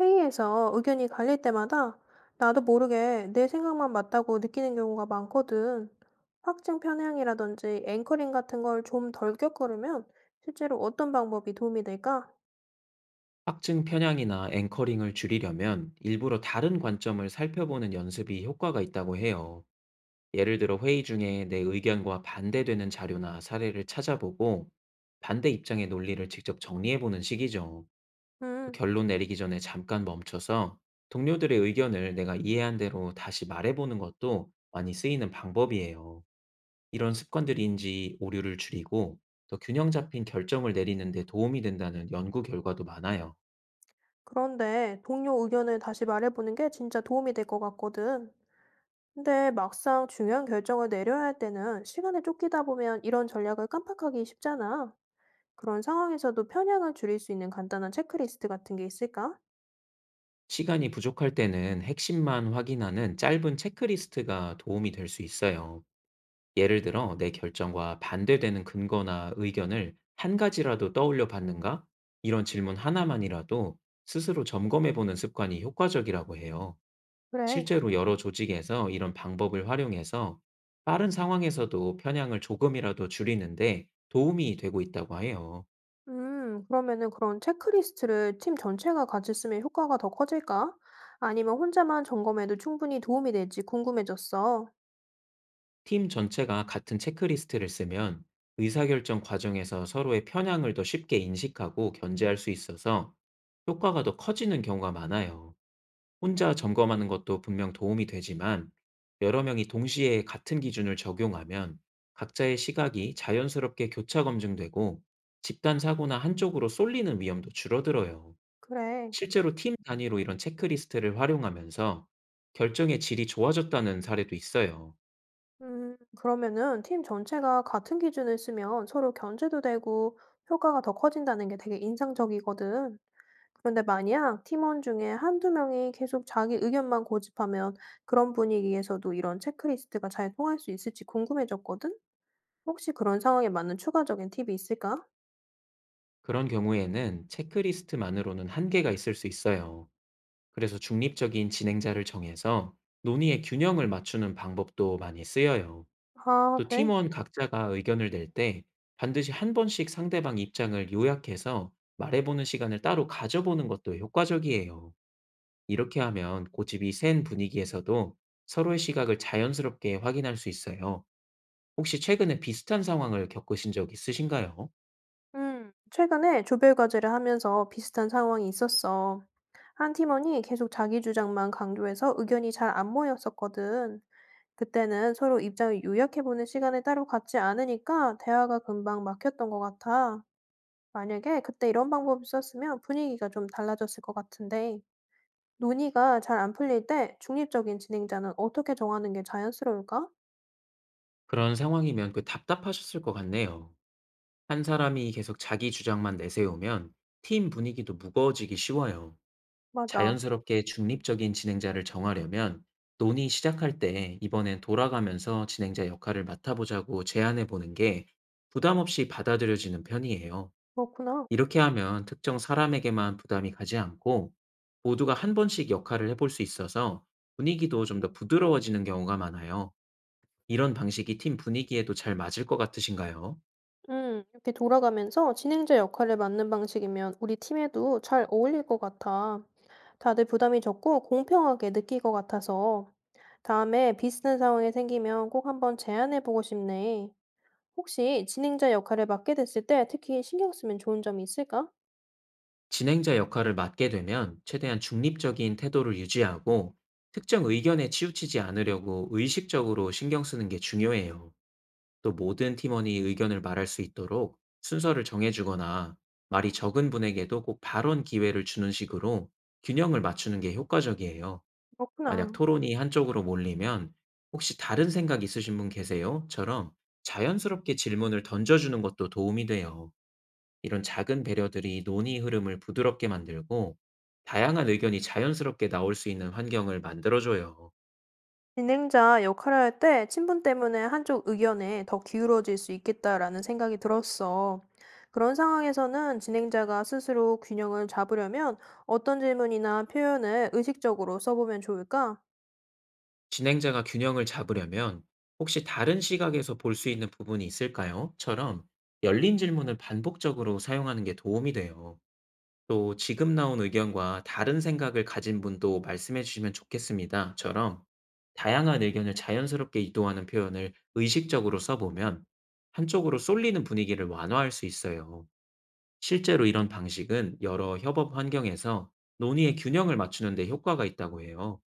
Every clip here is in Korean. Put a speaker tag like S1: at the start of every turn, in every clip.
S1: 회의에서 의견이 갈릴 때마다 나도 모르게 내 생각만 맞다고 느끼는 경우가 많거든. 확증 편향이라든지 앵커링 같은 걸 좀 덜 겪으려면 실제로 어떤 방법이 도움이 될까?
S2: 확증 편향이나 앵커링을 줄이려면 일부러 다른 관점을 살펴보는 연습이 효과가 있다고 해요. 예를 들어 회의 중에 내 의견과 반대되는 자료나 사례를 찾아보고, 반대 입장의 논리를 직접 정리해보는 식이죠. 또
S1: 음,
S2: 결론 내리기 전에 잠깐 멈춰서 동료들의 의견을 내가 이해한 대로 다시 말해보는 것도 많이 쓰이는 방법이에요. 이런 습관들인지 오류를 줄이고 더 균형 잡힌 결정을 내리는 데 도움이 된다는 연구 결과도 많아요.
S1: 그런데 동료 의견을 다시 말해보는 게 진짜 도움이 될 것 같거든. 근데 막상 중요한 결정을 내려야 할 때는 시간에 쫓기다 보면 이런 전략을 깜빡하기 쉽잖아. 그런 상황에서도 편향을 줄일 수 있는 간단한 체크리스트 같은 게 있을까?
S2: 시간이 부족할 때는 핵심만 확인하는 짧은 체크리스트가 도움이 될 수 있어요. 예를 들어, 내 결정과 반대되는 근거나 의견을 한 가지라도 떠올려 봤는가? 이런 질문 하나만이라도 스스로 점검해 보는 습관이 효과적이라고 해요.
S1: 그래.
S2: 실제로 여러 조직에서 이런 방법을 활용해서 빠른 상황에서도 편향을 조금이라도 줄이는데 도움이 되고 있다고 해요.
S1: 그러면은 그런 체크리스트를 팀 전체가 같이 쓰면 효과가 더 커질까? 아니면 혼자만 점검해도 충분히 도움이 될지 궁금해졌어.
S2: 팀 전체가 같은 체크리스트를 쓰면 의사결정 과정에서 서로의 편향을 더 쉽게 인식하고 견제할 수 있어서 효과가 더 커지는 경우가 많아요. 혼자 점검하는 것도 분명 도움이 되지만, 여러 명이 동시에 같은 기준을 적용하면 각자의 시각이 자연스럽게 교차 검증되고, 집단 사고나 한쪽으로 쏠리는 위험도 줄어들어요.
S1: 그래.
S2: 실제로 팀 단위로 이런 체크리스트를 활용하면서 결정의 질이 좋아졌다는 사례도 있어요.
S1: 그러면은 팀 전체가 같은 기준을 쓰면 서로 견제도 되고 효과가 더 커진다는 게 되게 인상적이거든. 그런데 만약 팀원 중에 한두 명이 계속 자기 의견만 고집하면 그런 분위기에서도 이런 체크리스트가 잘 통할 수 있을지 궁금해졌거든? 혹시 그런 상황에 맞는 추가적인 팁이 있을까?
S2: 그런 경우에는 체크리스트만으로는 한계가 있을 수 있어요. 그래서 중립적인 진행자를 정해서 논의의 균형을 맞추는 방법도 많이 쓰여요.
S1: 아,
S2: 또
S1: 그래?
S2: 팀원 각자가 의견을 낼 때 반드시 한 번씩 상대방 입장을 요약해서 말해보는 시간을 따로 가져보는 것도 효과적이에요. 이렇게 하면 고집이 센 분위기에서도 서로의 시각을 자연스럽게 확인할 수 있어요. 혹시 최근에 비슷한 상황을 겪으신 적 있으신가요?
S1: 최근에 조별 과제를 하면서 비슷한 상황이 있었어. 한 팀원이 계속 자기 주장만 강조해서 의견이 잘 안 모였었거든. 그때는 서로 입장을 요약해보는 시간을 따로 갖지 않으니까 대화가 금방 막혔던 것 같아. 만약에 그때 이런 방법을 썼으면 분위기가 좀 달라졌을 것 같은데, 논의가 잘 안 풀릴 때 중립적인 진행자는 어떻게 정하는 게 자연스러울까?
S2: 그런 상황이면 그 답답하셨을 것 같네요. 한 사람이 계속 자기 주장만 내세우면 팀 분위기도 무거워지기 쉬워요.
S1: 맞아.
S2: 자연스럽게 중립적인 진행자를 정하려면, 논의 시작할 때 이번엔 돌아가면서 진행자 역할을 맡아보자고 제안해 보는 게 부담 없이 받아들여지는 편이에요.
S1: 그렇구나.
S2: 이렇게 하면 특정 사람에게만 부담이 가지 않고, 모두가 한 번씩 역할을 해볼 수 있어서 분위기도 좀 더 부드러워지는 경우가 많아요. 이런 방식이 팀 분위기에도 잘 맞을 것 같으신가요?
S1: 이렇게 돌아가면서 진행자 역할을 맡는 방식이면 우리 팀에도 잘 어울릴 것 같아. 다들 부담이 적고 공평하게 느낄 것 같아서 다음에 비슷한 상황이 생기면 꼭 한번 제안해 보고 싶네. 혹시 진행자 역할을 맡게 됐을 때 특히 신경 쓰면 좋은 점이 있을까?
S2: 진행자 역할을 맡게 되면 최대한 중립적인 태도를 유지하고, 특정 의견에 치우치지 않으려고 의식적으로 신경 쓰는 게 중요해요. 또 모든 팀원이 의견을 말할 수 있도록 순서를 정해주거나, 말이 적은 분에게도 꼭 발언 기회를 주는 식으로 균형을 맞추는 게 효과적이에요. 만약
S1: 그렇구나.
S2: 토론이 한쪽으로 몰리면 "혹시 다른 생각 있으신 분 계세요?"처럼 자연스럽게 질문을 던져주는 것도 도움이 돼요. 이런 작은 배려들이 논의 흐름을 부드럽게 만들고, 다양한 의견이 자연스럽게 나올 수 있는 환경을 만들어줘요.
S1: 진행자 역할을 할 때 친분 때문에 한쪽 의견에 더 기울어질 수 있겠다라는 생각이 들었어. 그런 상황에서는 진행자가 스스로 균형을 잡으려면 어떤 질문이나 표현을 의식적으로 써보면 좋을까?
S2: 진행자가 균형을 잡으려면 "혹시 다른 시각에서 볼 수 있는 부분이 있을까요? 처럼 열린 질문을 반복적으로 사용하는 게 도움이 돼요. 또 "지금 나온 의견과 다른 생각을 가진 분도 말씀해 주시면 좋겠습니다. 처럼 다양한 의견을 자연스럽게 이동하는 표현을 의식적으로 써보면 한쪽으로 쏠리는 분위기를 완화할 수 있어요. 실제로 이런 방식은 여러 협업 환경에서 논의의 균형을 맞추는 데 효과가 있다고 해요.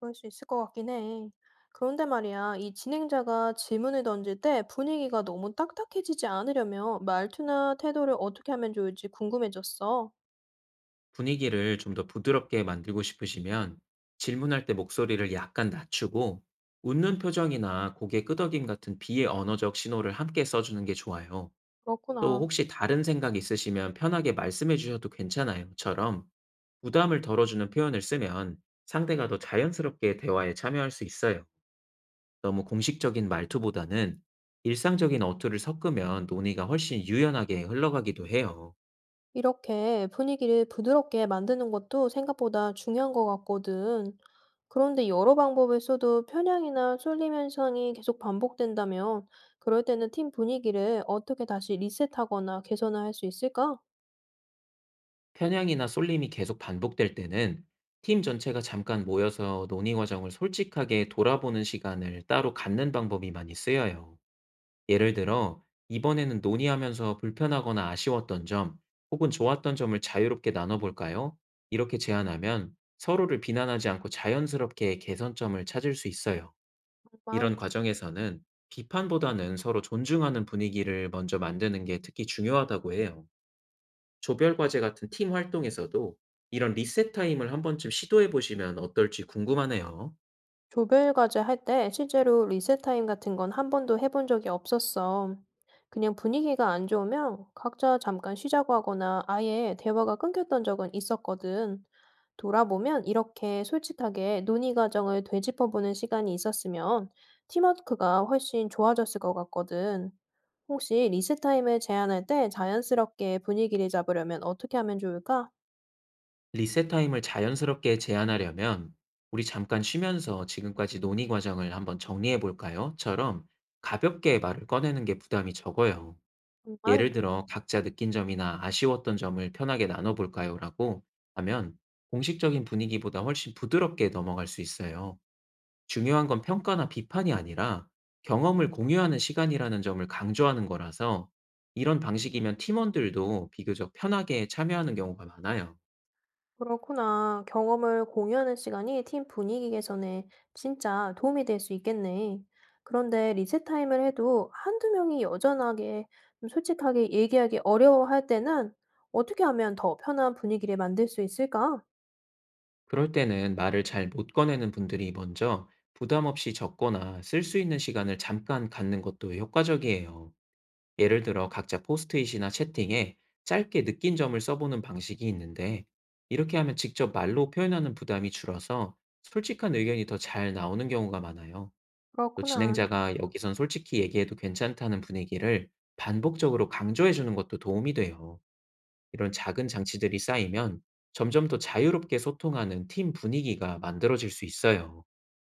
S1: 그럴 수 있을 것 같긴 해. 그런데 말이야, 이 진행자가 질문을 던질 때 분위기가 너무 딱딱해지지 않으려면 말투나 태도를 어떻게 하면 좋을지 궁금해졌어.
S2: 분위기를 좀 더 부드럽게 만들고 싶으시면, 질문할 때 목소리를 약간 낮추고 웃는 표정이나 고개 끄덕임 같은 비언어적 신호를 함께 써주는 게 좋아요. 또
S1: 그렇구나.
S2: "혹시 다른 생각 있으시면 편하게 말씀해 주셔도 괜찮아요."처럼 부담을 덜어주는 표현을 쓰면 상대가 더 자연스럽게 대화에 참여할 수 있어요. 너무 공식적인 말투보다는 일상적인 어투를 섞으면 논의가 훨씬 유연하게 흘러가기도 해요.
S1: 이렇게 분위기를 부드럽게 만드는 것도 생각보다 중요한 것 같거든. 그런데 여러 방법을 써도 편향이나 쏠림 현상이 계속 반복된다면, 그럴 때는 팀 분위기를 어떻게 다시 리셋하거나 개선을 할 수 있을까?
S2: 편향이나 쏠림이 계속 반복될 때는 팀 전체가 잠깐 모여서 논의 과정을 솔직하게 돌아보는 시간을 따로 갖는 방법이 많이 쓰여요. 예를 들어, "이번에는 논의하면서 불편하거나 아쉬웠던 점, 혹은 좋았던 점을 자유롭게 나눠볼까요?" 이렇게 제안하면 서로를 비난하지 않고 자연스럽게 개선점을 찾을 수 있어요.
S1: 정말.
S2: 이런 과정에서는 비판보다는 서로 존중하는 분위기를 먼저 만드는 게 특히 중요하다고 해요. 조별 과제 같은 팀 활동에서도 이런 리셋 타임을 한 번쯤 시도해 보시면 어떨지 궁금하네요.
S1: 조별 과제 할 때 실제로 리셋 타임 같은 건 한 번도 해본 적이 없었어. 그냥 분위기가 안 좋으면 각자 잠깐 쉬자고 하거나 아예 대화가 끊겼던 적은 있었거든. 돌아보면 이렇게 솔직하게 논의 과정을 되짚어보는 시간이 있었으면 팀워크가 훨씬 좋아졌을 것 같거든. 혹시 리스타임을 제안할 때 자연스럽게 분위기를 잡으려면 어떻게 하면 좋을까?
S2: 리셋 타임을 자연스럽게 제한하려면 "우리 잠깐 쉬면서 지금까지 논의 과정을 한번 정리해 볼까요?"처럼 가볍게 말을 꺼내는 게 부담이 적어요.
S1: 정말?
S2: 예를 들어 "각자 느낀 점이나 아쉬웠던 점을 편하게 나눠 볼까요?"라고 하면 공식적인 분위기보다 훨씬 부드럽게 넘어갈 수 있어요. 중요한 건 평가나 비판이 아니라 경험을 공유하는 시간이라는 점을 강조하는 거라서, 이런 방식이면 팀원들도 비교적 편하게 참여하는 경우가 많아요.
S1: 그렇구나. 경험을 공유하는 시간이 팀 분위기 개선에 진짜 도움이 될 수 있겠네. 그런데 리셋타임을 해도 한두 명이 여전하게 좀 솔직하게 얘기하기 어려워할 때는 어떻게 하면 더 편한 분위기를 만들 수 있을까?
S2: 그럴 때는 말을 잘 못 꺼내는 분들이 먼저 부담 없이 적거나 쓸 수 있는 시간을 잠깐 갖는 것도 효과적이에요. 예를 들어 각자 포스트잇이나 채팅에 짧게 느낀 점을 써보는 방식이 있는데, 이렇게 하면 직접 말로 표현하는 부담이 줄어서 솔직한 의견이 더 잘 나오는 경우가 많아요. 또
S1: 그렇구나.
S2: 진행자가 "여기선 솔직히 얘기해도 괜찮다는 분위기를 반복적으로 강조해주는 것도 도움이 돼요. 이런 작은 장치들이 쌓이면 점점 더 자유롭게 소통하는 팀 분위기가 만들어질 수 있어요.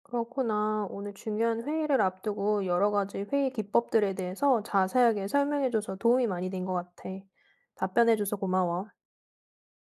S1: 그렇구나. 오늘 중요한 회의를 앞두고 여러 가지 회의 기법들에 대해서 자세하게 설명해줘서 도움이 많이 된 것 같아. 답변해줘서 고마워.